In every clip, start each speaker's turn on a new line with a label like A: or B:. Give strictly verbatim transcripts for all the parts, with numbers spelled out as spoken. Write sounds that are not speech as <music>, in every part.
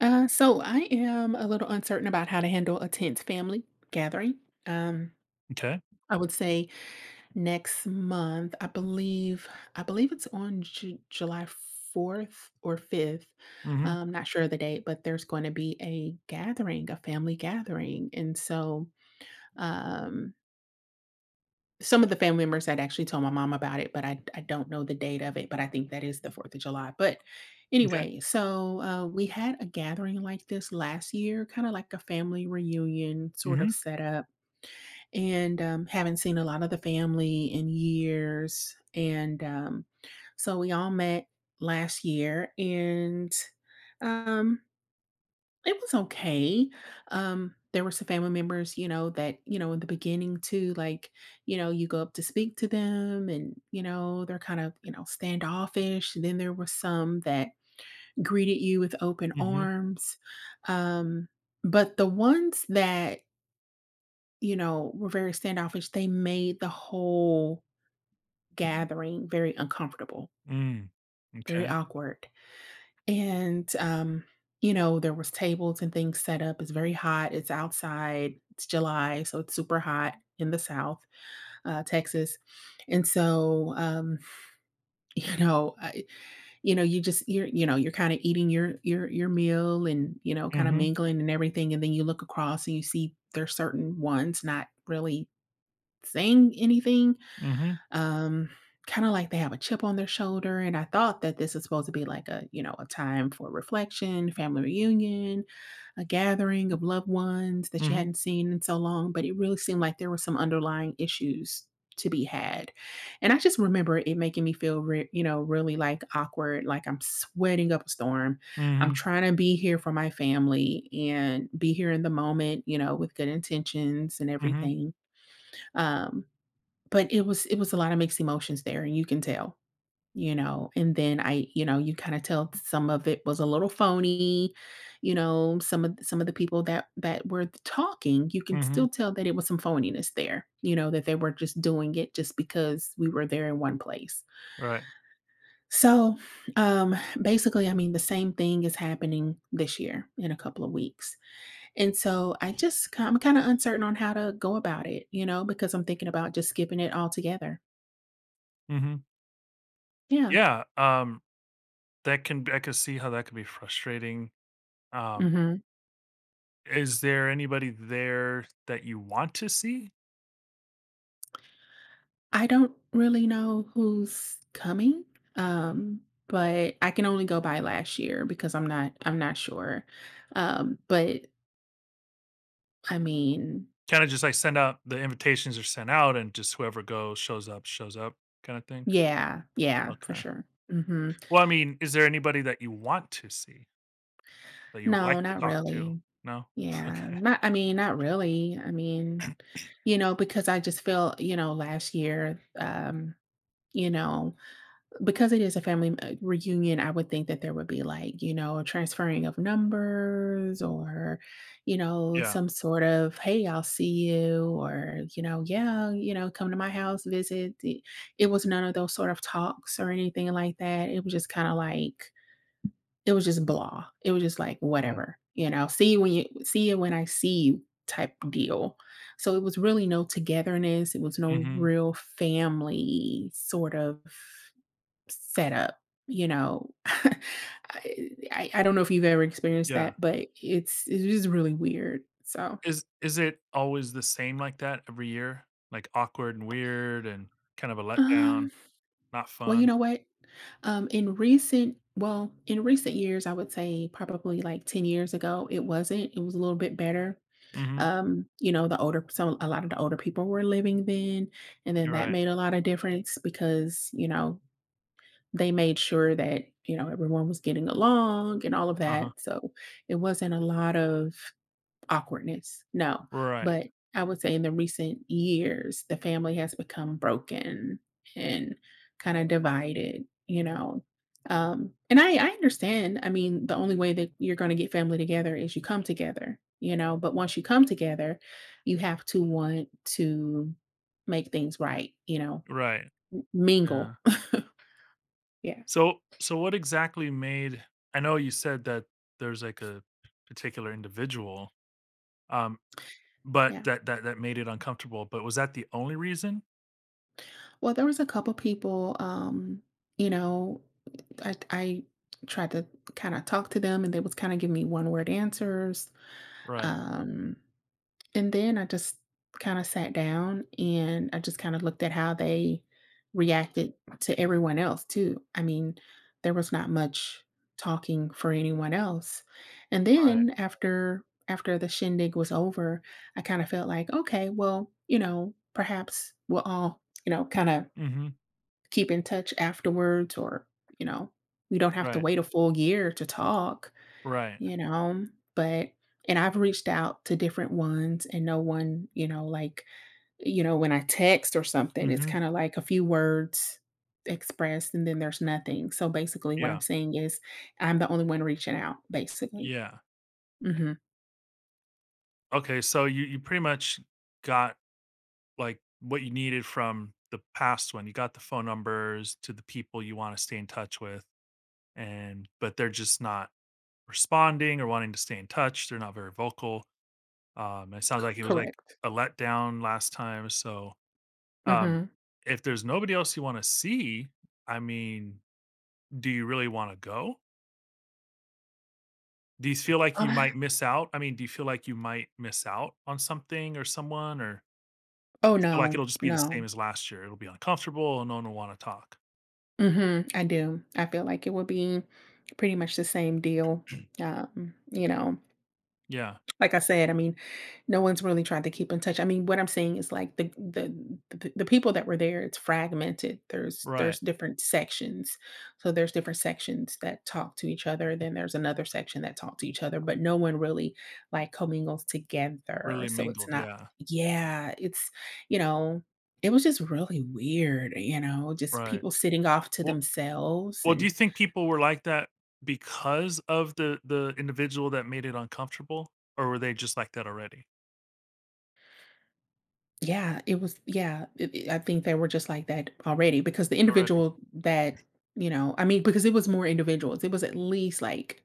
A: Uh, so I am a little uncertain about how to handle a tense family gathering. Um,
B: Okay.
A: I would say next month. I believe I believe it's on Ju- July fourth or fifth.
B: Mhm.
A: Um, not sure of the date, but there's going to be a gathering, a family gathering, and so um, some of the family members had actually told my mom about it, but I I don't know the date of it, but I think that is the fourth of July, but
B: Okay.
A: anyway, so, uh, we had a gathering like this last year, kinda like a family reunion sort of
B: Mhm.
A: setup, and, um, haven't seen a lot of the family in years, and, um, so we all met last year, and, um it was okay. Um, there were some family members, you know, that, you know, in the beginning too, like, you know, you go up to speak to them and, you know, they're kind of, you know, standoffish. Then there were some that greeted you with open
B: Mhm.
A: arms. Um, but the ones that, you know, were very standoffish, they made the whole gathering very uncomfortable,
B: Mm.
A: very
B: Okay.
A: awkward. And, um, you know, there was tables and things set up. It's very hot. It's outside. It's July, so it's super hot in the South, uh, Texas. And so, um, <laughs> you know, I, you know, you just you're you know you're kind of eating your your your meal and you know kind of
B: Mhm.
A: mingling and everything, and then you look across and you see there's certain ones not really saying anything
B: Mhm.
A: um, kinda like they have a chip on their shoulder, and I thought that this is supposed to be like a, you know, a time for reflection, family reunion, a gathering of loved ones that you
B: Mhm.
A: hadn't seen in so long, but it really seemed like there were some underlying issues to be had, and I just remember it making me feel re you know, really, like, awkward, like I'm sweating up a storm. I'm
B: Mhm.
A: trying to be here for my family and be here in the moment, you know, with good intentions and
B: Mhm.
A: everything, um but it was it was a lot of mixed emotions there, and you can tell, you know, and then I you know, you kinda tell some of it was a little phony, you know, some of some of the people that that were talking, you can
B: Mhm.
A: still tell that it was some phoniness there, you know, that they were just doing it just because we were there in one place.
B: Right.
A: So, um, basically, I mean, the same thing is happening this year in a couple of weeks, and so I just I'm kinda uncertain on how to go about it, you know, because I'm thinking about just skipping it altogether.
B: Mhm.
A: Yeah.
B: Yeah, um, that can I could see how that could be frustrating. Um,
A: Mhm.
B: is there anybody there that you want to see?
A: I don't really know who's coming, um, but I can only go by last year because I'm not I'm not sure. Um, but I mean,
B: Kinda just, like, send out the invitations are sent out and just whoever goes shows up, shows up kinda thing?
A: yeah, yeah, for
B: Okay.
A: sure. Mhm.
B: Well, I mean, is there anybody that you want to see, that you would
A: No,
B: like to
A: not
B: talk to?
A: really.
B: No? <laughs>
A: Yeah,
B: Okay.
A: not I mean, not really. I mean, you know, because I just feel, you know, last year, um, you know, because it is a family uh, reunion, I would think that there would be like, you know, transferring of numbers or, you know,
B: Yeah.
A: some sort of, hey, I'll see you or, you know, yeah, you know, come to my house, visit. It, it was none of those sort of talks or anything like that. It was just kind of like, it was just blah. It was just like,
B: Yeah.
A: whatever, you know, see you when you see you when I see you type deal. So it was really no togetherness. It was no
B: Mhm.
A: real family sort of setup, you know? <laughs> I I I don't know if you've ever experienced
B: Yeah.
A: that, but it's it is really weird, so
B: Is is it always the same like that every year? Like, awkward and weird and kind of a letdown,
A: Um,
B: not
A: well, you
B: fun?
A: know what? Um, in recent Well, in recent years, I would say probably like ten years ago, it wasn't. It was a little bit better.
B: Mhm.
A: Um, you know, the older so a lot of the older people were living then, and then
B: You're
A: that
B: right.
A: made a lot of difference because, you know, they made sure that, you know, everyone was getting along and all of
B: Uh-huh.
A: that. So it wasn't a lot of awkwardness, no,
B: Right.
A: but I would say in the recent years, the family has become broken and kinda divided, you know? Um, and I I understand, I mean, the only way that you're gonna get family together is you come together, you know? But once you come together, you have to want to make things right, you know?
B: Right. Yeah.
A: Mingle. <laughs> Yeah,
B: So so what exactly made I know you said that there's, like, a particular individual, um, but
A: yeah.
B: that that that made it uncomfortable, but was that the only reason?
A: Well, there was a couple people, um, you know, I I tried to kinda talk to them, and they was kinda giving me one-word answers,
B: Right.
A: um, and then I just kinda sat down, and I just kinda looked at how they reacted to everyone else too. I mean, there was not much talking for anyone else, and
B: Right.
A: then after after the shindig was over, I kinda felt like, "Okay, well, you know, perhaps we'll all, you know, kinda
B: Mhm.
A: keep in touch afterwards or, you know, we don't have to
B: Right.
A: wait a full year to talk,
B: Right.
A: you know, but and I've reached out to different ones and no one, you know, like, you know, when I text or something, it's
B: Mhm.
A: kind of like a few words expressed and then there's nothing. So basically what I'm
B: Yeah.
A: saying is I'm the only one reaching out basically.
B: Yeah.
A: Mhm.
B: Okay, so you you pretty much got like what you needed from the past one. You got the phone numbers to the people you want to stay in touch with, and but they're just not responding or wanting to stay in touch. They're not very vocal. Um, it sounds like it was like
A: Correct.
B: a letdown last time. So, um,
A: Mhm.
B: if there's nobody else you want to see, I mean, do you really want to go? Do you feel like you might miss out? I mean, do you feel like you might miss out on something or someone, or
A: Oh
B: you feel like
A: no.
B: it'll just be the same
A: No.
B: as last year? It'll be uncomfortable and no one will want to talk.
A: Mhm, I do. I feel like it would be pretty much the same deal. Um, you know,
B: Yeah.
A: like I said, I mean, no one's really tried to keep in touch. I mean, what I'm saying is like the the the, the people that were there, it's fragmented. There's
B: Right,
A: there's different sections. So there's different sections that talk to each other. Then there's another section that talk to each other, but no one really like commingles
B: really
A: together. So it's
B: mingled,
A: not
B: yeah,
A: yeah, it's you know, it was just really weird, you know, just
B: right.
A: people sitting off to
B: Well
A: themselves
B: well, do you
A: and
B: think people were like that because of the the individual that made it uncomfortable, or were they just like that already?
A: yeah, it was yeah, it it I think they were just like that already because the
B: Already.
A: individual that, you know I mean, because it was more individuals, it was at least, like,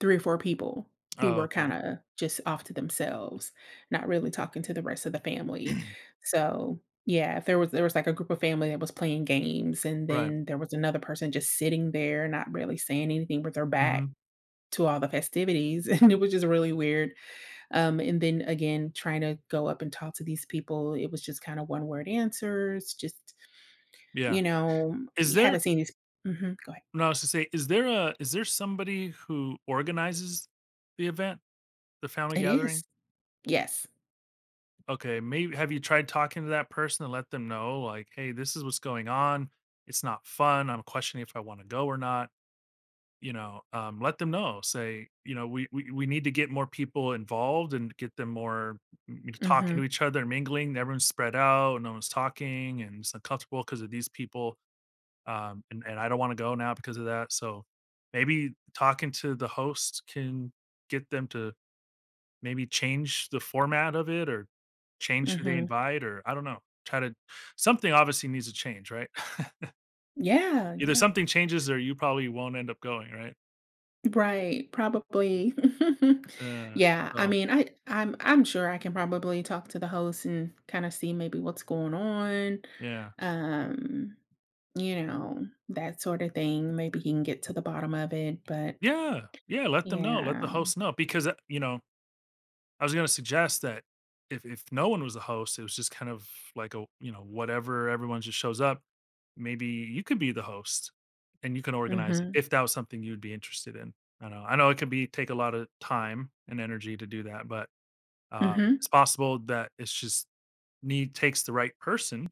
A: three or four people who
B: Oh,
A: were
B: okay.
A: kinda just off to themselves, not really talking to the rest of the family.
B: <clears throat>
A: So, yeah, if there was there was, like, a group of family that was playing games, and
B: Right.
A: then there was another person just sitting there, not really saying anything with their back
B: Mhm.
A: to all the festivities, <laughs> and it was just really weird um, and then again, trying to go up and talk to these people, it was just kind of one word answers, just,
B: Yeah.
A: you know,
B: Is
A: you
B: there
A: haven't seen these mhm, go ahead.
B: No, I was to say, is there a is there somebody who organizes the event, the family
A: It
B: gathering?
A: is. Yes.
B: Okay, maybe have you tried talking to that person and let them know, like, "Hey, this is what's going on. It's not fun. I'm questioning if I wanna go or not." You know, um, let them know. Say, you know, we, we we need to get more people involved and get them more m- m- talking to
A: Mhm,
B: each other, and mingling. Everyone's spread out, no one's talking, and it's uncomfortable because of these people. Um, and and I don't want to go now because of that. So maybe talking to the host can get them to maybe change the format of it or change who they
A: mhm.
B: invite or I don't know. Try to Something obviously needs to change, right? <laughs>
A: Yeah,
B: Either
A: yeah.
B: something changes or you probably won't end up going, right?
A: Right, probably. <laughs>
B: Uh,
A: Yeah, I
B: so
A: mean, I I'm I'm sure I can probably talk to the host and kind of see maybe what's going on,
B: Yeah.
A: um, you know, that sort of thing. Maybe he can get to the bottom of it, but
B: Yeah. Yeah, let them know, let the
A: yeah.
B: host know because, uh, you know, I was gonna suggest that if if no one was the host, it was just kind of like a, you know, whatever, everyone just shows up, maybe you could be the host and you can organize it
A: Mhm,
B: if that was something you'd be interested in. I know I know it could be take a lot of time and energy to do that, but, um, it's
A: mhm.
B: possible that it's just need takes the right person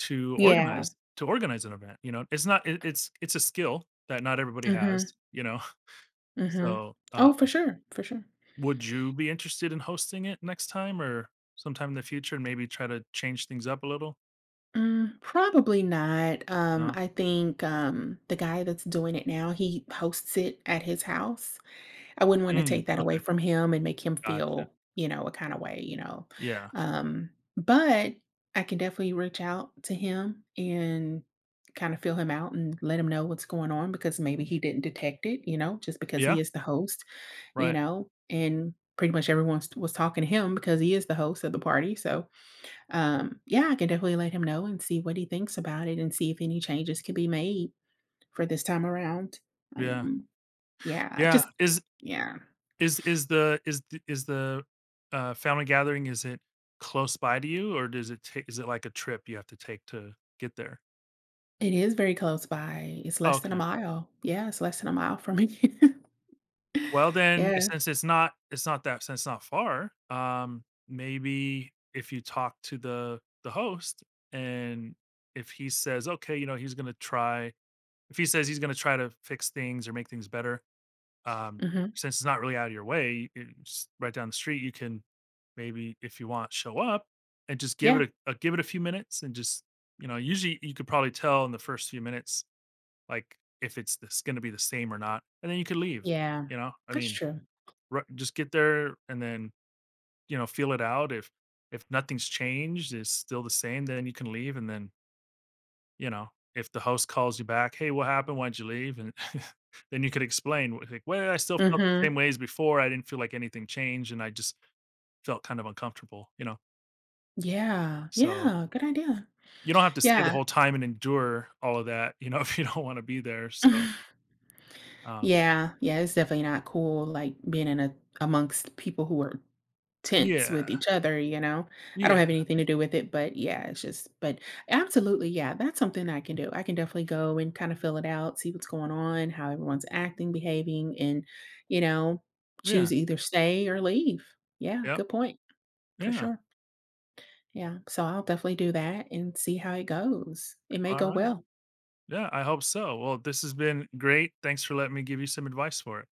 B: to
A: Yeah.
B: organize to organize an event, you know? It's not it it's it's a skill that not everybody has,
A: Mhm,
B: you know? <laughs>
A: mhm.
B: So,
A: Oh, for
B: um
A: sure, for sure.
B: Would you be interested in hosting it next time or sometime in the future and maybe try to change things up a little?
A: Mm, probably not. Um,
B: No?
A: I think, um, the guy that's doing it now, he hosts it at his house. I wouldn't wanna
B: Mm,
A: take that away
B: okay,
A: from him and make him
B: gotcha.
A: feel, you know, a kinda way, you know?
B: Yeah.
A: Um, but I can definitely reach out to him and kinda feel him out and let him know what's going on because maybe
B: Mm,
A: he didn't detect it, you know, just because
B: yeah,
A: he is the host. You
B: right.
A: know, and pretty much everyone was was talking to him because he is the host of the party. So, um, yeah, I can definitely let him know and see what he thinks about it and see if any changes can be made for this time around.
B: Yeah.
A: Um, yeah, I
B: Yeah.
A: just
B: Is
A: Yeah,
B: is is the is the is the, uh, family gathering, is it close by to you, or does it take is it like a trip you have to take to get there?
A: it is very close by. It's
B: Oh,
A: less than a
B: okay.
A: mile. Yeah, it's less than a mile from me. <laughs>
B: Well, then, eh,
A: Yeah.
B: since it's not it's not that since it's not far, um, maybe if you talk to the the host and if he says, "Okay, you know, he's gonna try," if he says he's gonna try to fix things or make things better, um,
A: Hmm.
B: since it's not really out of your way, it's right down the street, you can maybe, if you want, show up and just give it
A: Yeah.
B: a, a give it a few minutes and just, you know, usually you could probably tell in the first few minutes, like if it's this gonna be the same or not, and then you could leave.
A: Yeah.
B: You know, I
A: That's
B: mean,
A: true.
B: Ri just get there and then, you know, feel it out. If if nothing's changed, it's still the same, then you can leave, and then, you know, if the host calls you back, "Hey, what happened? Why'd you leave?" And <laughs> then you could explain, w like, "Well, I still felt the same
A: Hmm.
B: way as before. I didn't feel like anything changed, and I just felt kind of uncomfortable," you know?
A: Yeah.
B: So,
A: Yeah. Good idea.
B: you don't have to stay the
A: Yeah.
B: whole time and endure all of that, you know, <laughs> if you don't wanna be there, so,
A: <laughs>
B: um
A: Yeah, yeah, it's definitely not cool, like, being in a amongst people who are tense
B: yeah.
A: with each other, you know? I don't
B: Yeah.
A: have anything to do with it, but yeah, it's just but absolutely, yeah, that's something I can do. I can definitely go and kinda fill it out, see what's going on, how everyone's acting, behaving, and, you know,
B: Yeah.
A: choose either stay or leave. Yeah,
B: Yep.
A: good point, for
B: Yeah.
A: sure. Yeah, so I'll definitely do that and see how it goes. It may go
B: Alright.
A: well.
B: Yeah, I hope so. Well, this has been great. Thanks for letting me give you some advice for it.